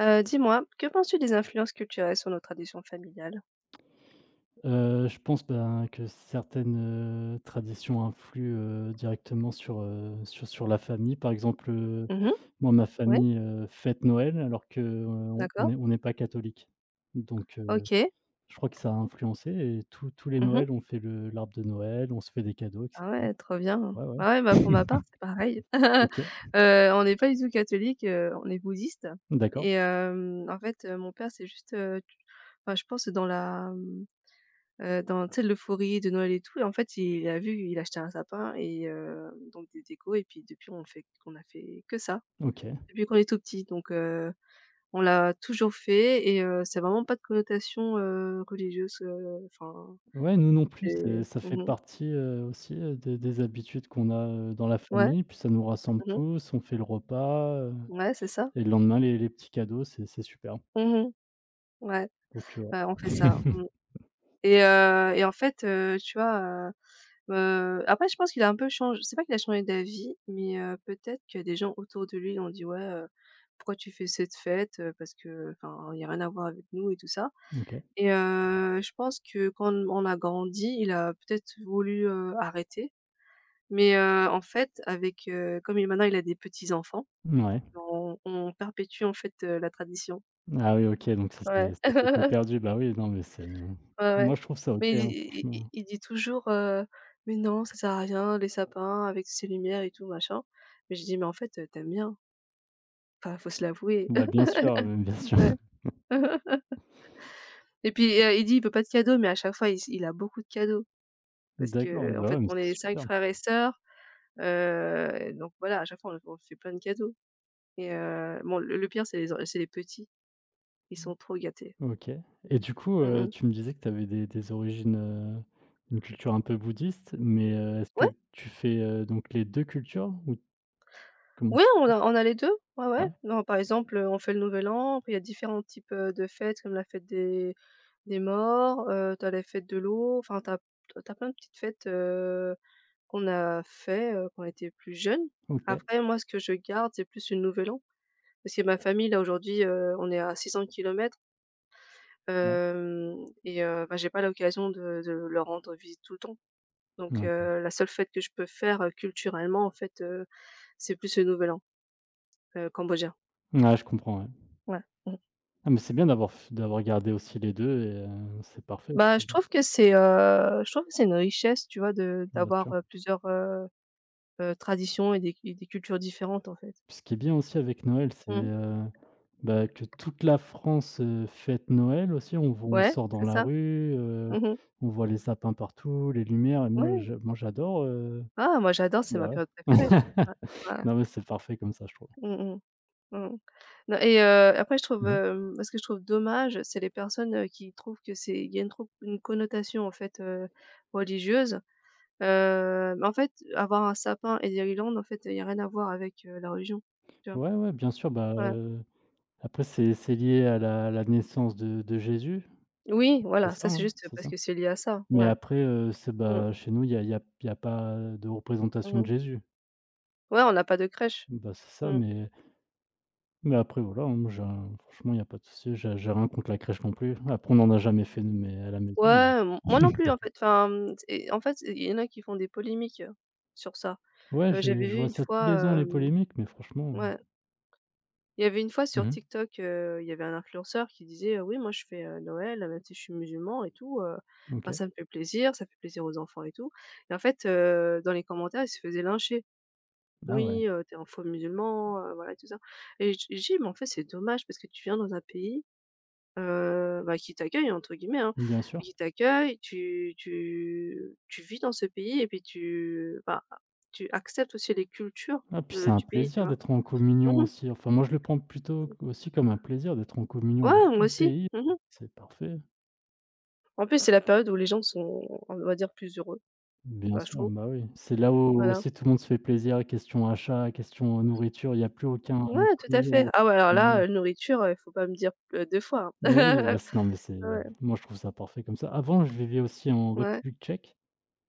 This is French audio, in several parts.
Dis-moi, que penses-tu des influences culturelles sur nos traditions familiales? Je pense, que certaines traditions influent, directement sur la famille. Par exemple, Mmh, moi, ma ouais, famille, fête Noël alors que, d'accord, on n'est pas catholique. Donc OK. je crois que ça a influencé et tous les Mmh. Noëls, on fait le l'arbre de Noël, on se fait des cadeaux et Ah cetera. ouais, trop bien. Ouais, Ah ouais, bah, pour ma part, ouais. c'est pareil. OK, on n'est pas du tout catholique, on est bouddhiste d'accord, et en fait, mon père, c'est juste, tu enfin, je pense dans la, dans, tu sais, l'euphorie de Noël et tout. Et en fait, il a vu, il a acheté un sapin et donc des décos. Et puis depuis, on a fait que ça, OK. depuis qu'on est tout petit. Donc on l'a toujours fait et c'est vraiment pas de connotation, religieuse, enfin, Ouais, nous non plus, c'est c'est ça fait partie, aussi, des habitudes qu'on a, dans la ouais, famille. Puis ça nous rassemble mmh, tous, on fait le repas, ouais, c'est ça. et le lendemain, les petits cadeaux, c'est super. Mmh mh. Ouais, Donc, bah, on fait ouais. ça. Mmh. Et et en fait, tu vois, après je pense qu'il a un peu changé. C'est pas qu'il a changé d'avis, mais peut-être que des gens autour de lui ont dit: «Ouais, pourquoi tu fais cette fête, parce que enfin, il y a rien à voir avec nous» et tout ça. OK. Et je pense que quand on a grandi, il a peut-être voulu, arrêter. Mais, en fait, avec, comme il maintenant il a des petits-enfants, Mouais. on perpétue, en fait, la tradition. Ah oui, OK, donc Ouais. Ça c'est pas perdu. Bah oui, non mais c'est Ouais, ouais. moi je trouve ça OK, Mais il hein, il il franchement. il dit toujours: «Mais non, ça sert à rien les sapins avec ces lumières et tout machin». Mais je dis: «Mais en fait, tu bien, enfin, faut se l'avouer». Bah bien sûr, bien sûr. Ouais. Et puis, il dit: «Il veut pas de cadeaux», mais à chaque fois il a beaucoup de cadeaux parce D'accord, que en bah fait, ouais, mais on c'est est 5 super. frères et sœurs, donc voilà, à chaque fois on fait plein de cadeaux et bon le pire c'est les en c'est les petits. Ils sont trop gâtés. OK, et du coup, Mmh mh. tu me disais que tu avais des origines, une culture un peu bouddhiste, mais est-ce Ouais, que tu fais, donc les 2 cultures ou comment ça ouais, se passe? on a les 2. Ouais, ouais. Ouais, Non, par exemple, on fait le Nouvel An. Après il y a différents types, de fêtes comme la fête des morts, tu as les fêtes de l'eau, enfin tu as plein de petites fêtes, qu'on a fait, quand on était plus jeunes. OK, Après moi, ce que je garde, c'est plus le Nouvel An parce que ma famille là aujourd'hui, on est à 600 kilomètres, ouais, hem et bah, j'ai pas l'occasion de leur rendre visite tout le temps. Donc ouais. La seule fête que je peux faire, culturellement en fait, c'est plus le Nouvel An, cambodgien. Ouais, je comprends, ouais. Ouais, mmh. Ah mais c'est bien d'avoir gardé aussi les 2. Et c'est parfait, je Bah, je trouve. trouve que je trouve que c'est une richesse, tu vois, de Bien d'avoir, sûr. Plusieurs, traditions et des cultures différentes en fait. Ce qui est bien aussi avec Noël, c'est, Mmh. heu, bah, que toute la France, fête Noël aussi. On Ouais, sort dans c'est la ça. rue, Mmh. on voit les sapins partout, les lumières, et Ouais. Moi j'adore, euh, Ah moi j'adore, c'est ma bah, période ouais. préférée. Ouais, ouais. Non, mais c'est parfait comme ça, je trouve. Mmh mh. Mmh. Non et après je trouve, Mmh. Ce que je trouve dommage, c'est les personnes, qui trouvent que c'est il y a une connotation en fait, religieuse. Mais en fait, avoir un sapin et des guirlandes, en fait, il y a rien à voir avec, la religion, tu vois? Ouais, ouais, bien sûr, Ouais. Après c'est lié à la naissance de Jésus, Oui, c'est voilà, ça, ça c'est hein? juste C'est parce ça? que c'est lié à ça, Mais ouais. après, c'est Mmh. bah, chez nous, il y a il y a il y a pas de représentation de Mmh. Jésus. Ouais, on n'a pas de crèche. Bah, c'est ça, Mmh. Mais après voilà, hein, moi j'ai un franchement, il y a pas de souci, j'ai rien contre la crèche non plus. Après, on en a jamais fait, mais à la maison. Ouais, Mais m moi non plus, en fait, enfin, en fait, il y en a qui font des polémiques, sur ça. ouais, J'avais je vu vois une ça tous les ans, fois, les polémiques, mais franchement, ouais, il y avait une fois sur mmh. TikTok, il y avait un influenceur qui disait: oui, moi je fais, Noël, même si je suis musulman et tout, enfin OK. ça me fait plaisir, ça fait plaisir aux enfants et tout». Et en fait, dans les commentaires, il se faisait lyncher. Ah ouais, Oui, tu un faux musulman, voilà et tout ça. Et j'ai dit: «Mais en fait, c'est dommage parce que tu viens dans un pays, bah, qui t'accueille» entre guillemets, hein, bien sûr. qui t'accueille, tu vis dans ce pays et puis tu bah, tu acceptes aussi les cultures Ah puis de c'est un du pays, tu plaisir vois? d'être en communion Mmh. aussi. Enfin, moi je le prends plutôt aussi comme un plaisir d'être en communion avec Ouais, tout moi le aussi. pays. Mmh. C'est parfait. En plus, c'est la période où les gens sont, on va dire, plus heureux, Bien enfin, je sûr, trouve, bah, oui. C'est là où voilà. aussi tout le monde se fait plaisir, question achat, question nourriture, il y a plus aucun Ouais, tout à prix fait. en Ah ouais, alors là, mmh. Nourriture, il faut pas me dire, 2 fois, Mais oui, hein. bah, c'est non mais c'est Ouais, moi je trouve ça parfait comme ça. Avant, je vivais aussi en ouais. République tchèque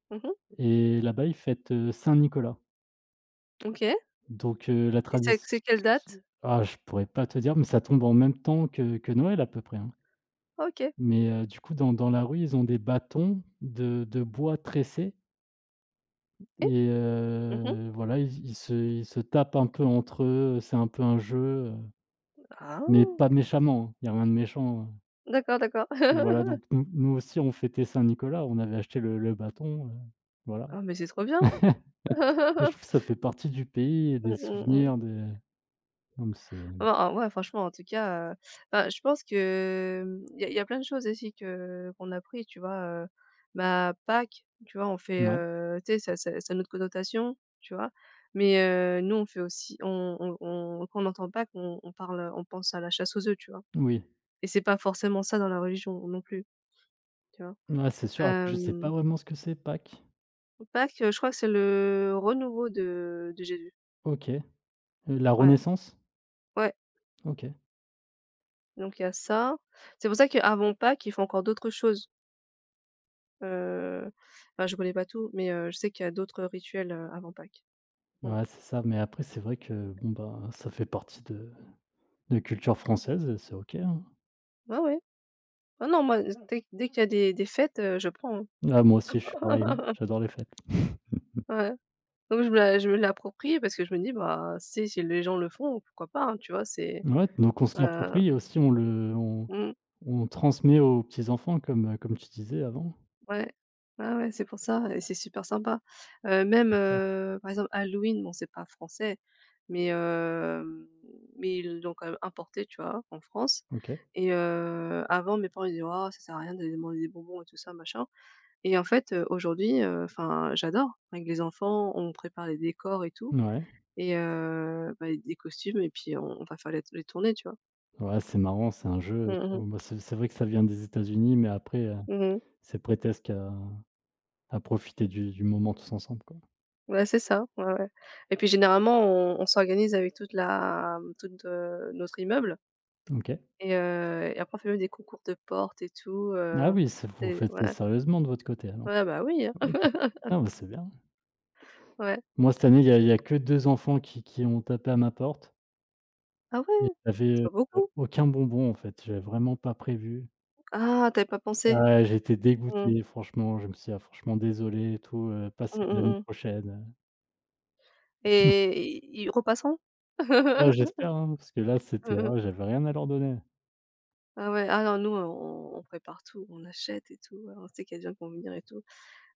Mmh. et là-bas, ils fêtent, Saint-Nicolas. OK Donc la et c'est tradition c'est quelle date? ah, je pourrais pas te dire, mais ça tombe en même temps que Noël à peu près, hein. OK. Mais du coup, dans la rue, ils ont des bâtons de bois tressés Et? et Mmh mh. Voilà, ils se tapent un peu entre eux, c'est un peu un jeu, heu, mais Ah! pas méchamment, hein, il y a rien de méchant, D'accord, d'accord. voilà, donc nous nous aussi, on fêtait Saint-Nicolas, on avait acheté le bâton, voilà. Ah mais c'est trop bien! Mais je trouve que ça fait partie du pays et des Mmh mh, mmh. souvenirs, des non, mais c'est Ah ouais, franchement, en tout cas, bah, je pense que, il y a plein de choses aussi que qu'on a pris, tu vois? Heu, bah, Pâques, tu vois? On fait, ouais, tu sais, ça a notre connotation, tu vois? Mais nous, on fait aussi on quand on entend Pâques, on parle, on pense à la chasse aux œufs, tu vois? oui, Et c'est pas forcément ça dans la religion non plus, tu vois? ouais, c'est sûr. Après, je sais pas Hem vraiment ce que c'est Pâques. Pâques, je crois que c'est le renouveau de Jésus. OK. La Ouais, Renaissance? ouais, OK. donc il y a ça. C'est pour ça qu'avant Pâques, ils font encore d'autres choses, heu, enfin, je connais pas tout, mais je sais qu'il y a d'autres rituels, avant Pâques. Mmh. Ouais, c'est ça, mais après, c'est vrai que bon, bah, ça fait partie de culture française et c'est OK, hein. Ouais, ouais. Ah non, moi, dès qu'il y a des fêtes, je prends, hein. Ah, moi aussi, je suis pareil, j'adore les fêtes. Ouais, donc je me l'approprie parce que je me dis: «Bah, si les gens le font, pourquoi pas?» hein, tu vois? C'est, Ouais, donc on se heu, l'approprie et aussi on le mmh. on transmet aux petits-enfants comme, comme tu disais avant? Ouais. Ouais, ouais, c'est pour ça et c'est super sympa. Même, Bien sûr. Par exemple Halloween, bon c'est pas français, mais hem, mais ils l'ont quand même importé, tu vois? En France. OK. Et avant mes parents ils disaient: «Oh ça sert à rien d'aller demander des bonbons et tout ça machin». Et en fait, aujourd'hui, enfin j'adore. Avec les enfants, on prépare les décors et tout Ouais, et bah, des costumes. Et puis on va faire les tournées, tu vois? ouais, c'est marrant, c'est un jeu et Mmh mh. tout. Bah, c'est vrai que ça vient des États-Unis, mais après, Mmh. c'est prétexte à profiter du moment tous ensemble, quoi. Ouais, c'est ça, ouais, ouais. Et puis généralement on s'organise avec toute, notre immeuble. OK. Et et après on fait même des concours de portes et tout, Ah oui, c'est vous c'est faites ça ouais, sérieusement de votre côté alors? ouais, bah, oui, hein, OK. Ah, bah, c'est bien. ouais. Moi, cette année, il y a que 2 enfants qui ont tapé à ma porte Ah et ouais, c'est j'avais, pas beaucoup? aucun bonbon, en fait. J'avais vraiment pas prévu. Ah, t'avais pas pensé. Ah, j'étais Mmh. dégoûté, franchement. Je me suis dit: «Ah, franchement, désolé et tout, Mmh, passez l'année mmh mh. prochaine». Et ils repassent. Ouais, j'espère, hein, parce que là, c'était ah, j'avais rien à leur donner. Ah ouais, ah non, nous on prépare tout, on achète et tout, on sait qu'il y a des gens qui vont venir et tout.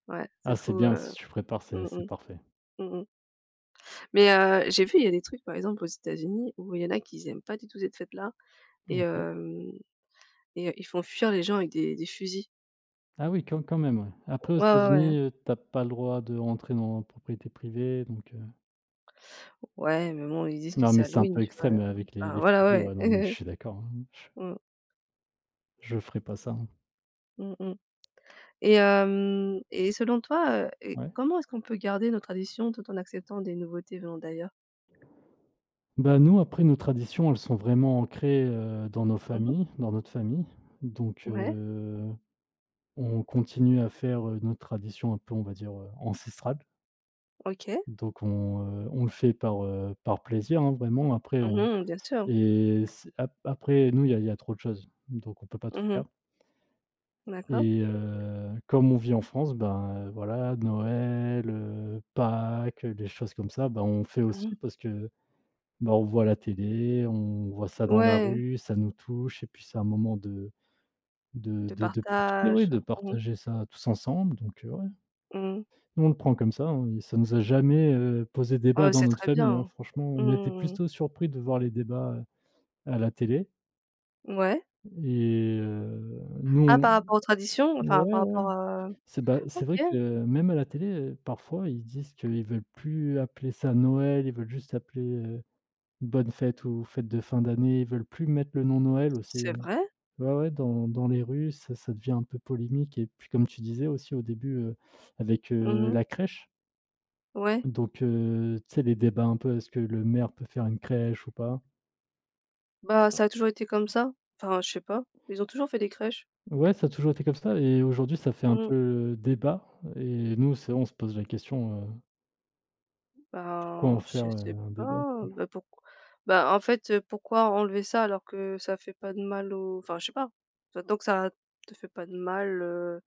Ouais, Ah, c'est c'est trop, bien, si tu prépares, mmh c'est mh. parfait. Mmh mh. Mais j'ai vu, il y a des trucs, par exemple, aux États-Unis où il y en a qui n'aiment pas du tout cette fête-là. Et OK. hem et ils font fuir les gens avec des fusils. Ah oui, quand même, ouais. Après, aux Ouais, ouais, ouais. États-Unis, tu pas le droit de rentrer dans la propriété privée, donc Ouais, mais bon, ils disent que non, c'est mais c'est un Halloween, peu tu vois? extrême, avec Enfin, les voilà, fusées, ouais. ouais, non, mais je suis d'accord, hein. Mmh. Je ferai pas ça, hein. Mmh mh. Et hem et selon toi, et Ouais. comment est-ce qu'on peut garder nos traditions tout en acceptant des nouveautés venant d'ailleurs? Bah, nous, après, nos traditions, elles sont vraiment ancrées, dans nos Mmh. familles, dans notre famille. Donc, Ouais, on continue à faire, notre tradition un peu, on va dire, ancestrale. OK. Donc on le fait par, par plaisir, hein, vraiment. Après on Mmh, bien sûr. et c'est ap après, nous, il y a trop de choses, donc on peut pas tout Mmh. faire. D'accord. Et comme on vit en France, ben, voilà, Noël, Pâques, les choses comme ça, ben on fait Mmh. aussi parce que bah, on voit à la télé, on voit ça dans la Ouais, rue, ça nous touche et puis c'est un moment de de profiter, oui, partage. de Mmh mh. partager ça tous ensemble, donc ouais. Mmh. Nous, on le prend comme ça, hein, et ça nous a jamais, posé débat Oh, dans c'est notre très famille, hein. bien. Franchement, on était Mmh. plutôt surpris de voir les débats, à la télé. Ouais. Et Ah, nous par rapport aux traditions? on Enfin, ouais, par ouais, rapport à, c'est bah, c'est OK, vrai que même à la télé, parfois, ils disent qu'ils veulent plus appeler ça Noël, ils veulent juste appeler, bonne fête ou fête de fin d'année, ils veulent plus mettre le nom Noël aussi. c'est Heu. vrai. Ouais, ouais, dans les rues, ça devient un peu polémique, et puis comme tu disais aussi au début, avec, Mmh. la crèche, Ouais. donc tu sais, les débats un peu, est-ce que le maire peut faire une crèche ou pas? Bah, ça a toujours été comme ça. Enfin, je sais pas. Ils ont toujours fait des crèches. Ouais, ça a toujours été comme ça et aujourd'hui, ça fait un Mmh. peu débat, et nous, c'est on se pose la question, pourquoi en Ben, je faire, sais un débat, pas, quoi? bah, pourquoi bah, en fait, pourquoi enlever ça alors que ça fait pas de mal aux, enfin, je sais pas. T tant ça te fait pas de mal,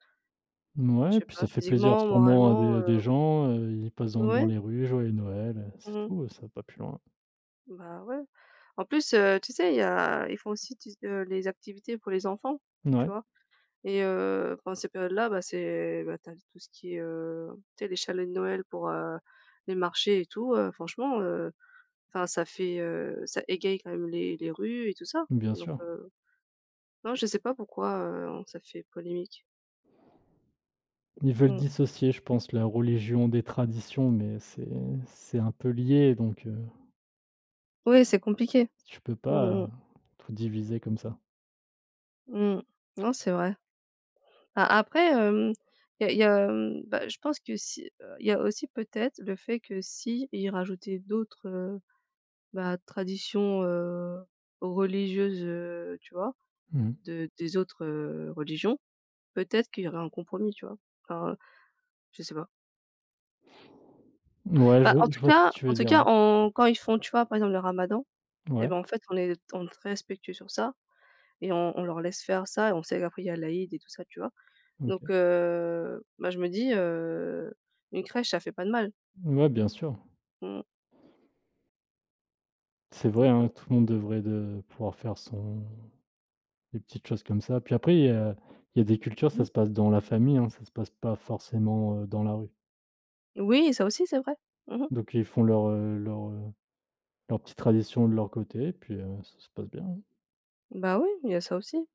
je Mouais, sais puis pas, ça fait plaisir physiquement, sûrement à moralement, des gens, ils passent dans ouais. les rues, joyeux Noël, c'est Mmh. tout, ça va pas plus loin. Bah, ouais. En plus, tu sais, il y a ils font aussi tu s les activités pour les enfants, tu Ouais, vois? Et pendant ces périodes-là, bah, tu tout ce qui est, tu sais les chalets de Noël pour, les marchés et tout, franchement, enfin ça fait, ça égaye quand même les rues et tout ça. bien Donc sûr. Non je sais pas pourquoi, ça fait polémique. Ils veulent Mmh. dissocier, je pense, la religion des traditions, mais c'est un peu lié, donc Oui, c'est compliqué. tu peux pas, Mmh mh. tout diviser comme ça. Mmh. Non, c'est vrai. A après, il y a y a, bah, je pense que si, il y a aussi peut-être le fait que si ils rajoutaient d'autres, bah, traditions, religieuses, tu vois? Mmh. De des autres, religions, peut-être qu'il y aurait un compromis, tu vois? Enfin, je sais pas. Ouais, Bah, je vois ce que tu en veux tout dire, ouais. cas, en quand ils font, tu vois, par exemple, le ramadan et Ouais, ben, en fait, on est très respectueux sur ça et on leur laisse faire ça et on sait qu'après il y a l'Aïd et tout ça, tu vois? Donc OK. Bah, je me dis, une crèche, ça fait pas de mal. Ouais, bien sûr. Mmh. C'est vrai, Donc hein, heu, tout le monde devrait de pouvoir faire son des petites choses comme ça. Puis après, il y a des cultures, mmh ça mh. se passe dans la famille, hein, ça se passe pas forcément, dans la rue. Oui, ça aussi, c'est vrai. Mmh mh. Donc ils font leur, leur petite tradition de leur côté, puis ça se passe bien, hein. Bah, oui, il y a ça aussi.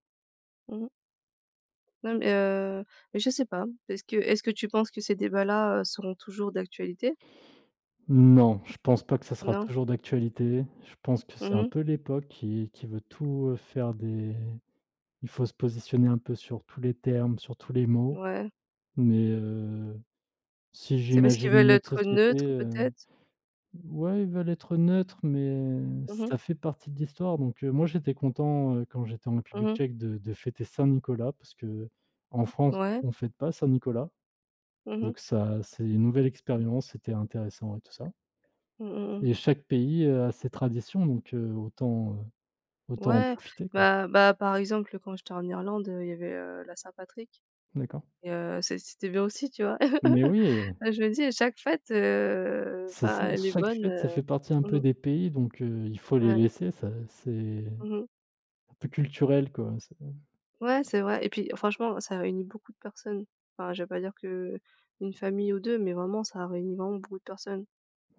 Mmh mh. Non, mais je sais pas. Est-ce que tu penses que ces débats-là, seront toujours d'actualité? Non, je pense pas que ça sera Non? toujours d'actualité. Je pense que c'est Mmh un mh. peu l'époque qui veut tout, faire des il faut se positionner un peu sur tous les termes, sur tous les mots, Ouais, mais si c'est parce qu'ils j'imagine veulent une autre être société, neutres peut-être? ouais, ils veulent être neutres, mais Mmh mh. ça fait partie de l'histoire, donc moi, j'étais content, quand j'étais en République Mmh. tchèque de fêter Saint-Nicolas parce que en France, Ouais. on fête pas Saint-Nicolas, Mmh mh. donc ça, c'est une nouvelle expérience, c'était intéressant et tout ça. Mmh mh, mmh. Et chaque pays, a ses traditions donc autant en Ouais, profiter, quoi. bah, par exemple, quand j'étais en Irlande, il y avait, la Saint-Patrick D'accord. et c'était bien aussi, tu vois? Mais oui, Je me dis à chaque fête, c'est ça, enfin, elle est chaque bonne, fête, ça fait partie un peu mmh des pays, donc il faut les ouais. laisser, ça c'est Mmh. un peu culturel, quoi, c'est Ouais, c'est vrai et puis franchement, ça réunit beaucoup de personnes. Enfin, je vais pas dire que une famille ou 2 mais vraiment, ça réunit vraiment beaucoup de personnes.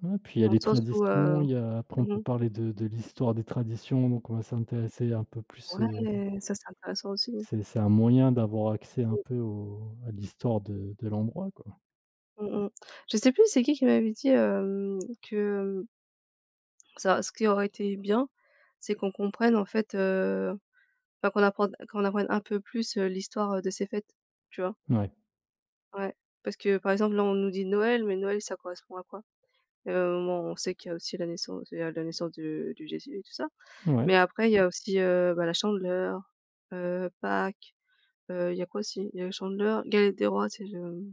ouais, puis il y a Dans le les sens où, traditions, il y a après on mmh peut parler de l'histoire des traditions, donc on va s'intéresser un peu plus, ouais, ça, c'est intéressant aussi. C'est un moyen d'avoir accès un peu au à l'histoire de l'endroit, quoi. Mmh mh. Je sais plus c'est qui m'avait dit, que, hem, ça ce qui aurait été bien, c'est qu'on comprenne en fait, enfin qu'on apprenne un peu plus, l'histoire, de ces fêtes, tu vois? Ouais, Ouais. Parce que par exemple là on nous dit Noël, mais Noël ça correspond à quoi? Bon on sait qu'il y a aussi la naissance il y a la naissance du de Jésus et tout ça, ouais. mais après il y a aussi, bah, la Chandeleur, Pâques, il y a quoi aussi? Il y a la Chandeleur, Galette des rois, c'est le,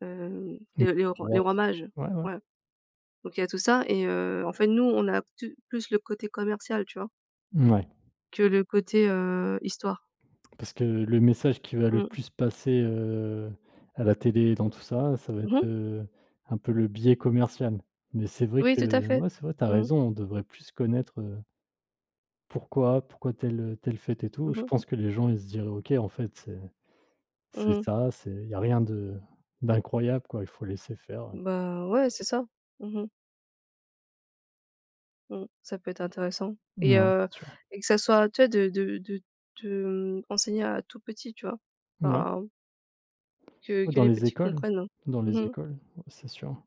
hem, Mmh. Les Ouais, rois mages, ouais. Ouais. ouais. Donc il y a tout ça et en fait, nous, on a tu plus le côté commercial, tu vois? Mouais. Que le côté, histoire. Parce que le message qui va le Mmh. plus passer, à la télé et dans tout ça, ça va Mmh être, mh. Un peu le biais commercial. Mais c'est vrai Oui, que tout à fait. ouais, c'est vrai, t'as Mmh. raison, on devrait plus connaître, pourquoi telle, telle fête et tout. Mmh Je mh. pense que les gens, ils se diraient: «OK, en fait, Mmh c'est mh. ça, c'est il y a rien de d'incroyable, quoi, il faut laisser faire». Bah, ouais, c'est ça. Mmh mh. Mmh. Ça peut être intéressant et Ouais, heu c'est sûr. et que ça soit, tu vois, de, enseigner à tout petit, tu vois? Ouais, Enfin, que dans les les petits écoles comprennent. dans Mmh les mh. écoles, ouais, c'est sûr.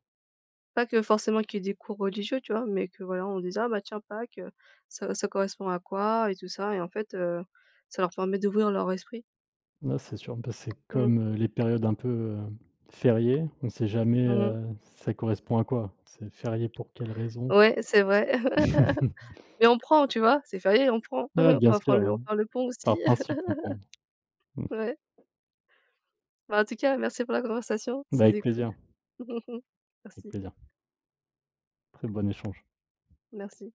Pas que forcément qu'il y ait des cours religieux, tu vois? Mais que, voilà, on dise: «Ah bah tiens, Pâques, ça correspond à quoi?» et tout ça et en fait, ça leur permet d'ouvrir leur esprit. Non, c'est sûr, bah, c'est Mmh. comme, les périodes un peu, fériées, on ne sait jamais, Mmh. Ça correspond à quoi? C'est férié pour quelle raison? Ouais, c'est vrai. Mais on prend, tu vois? C'est férié, on prend. Ouais, bien sûr, On hein, va faire le pont par aussi. principe on prend. Mmh. Ouais. Bah, en tout cas, merci pour la conversation, Bah, avec c'était cool. plaisir, avec Merci, plaisir. Très bon échange. merci.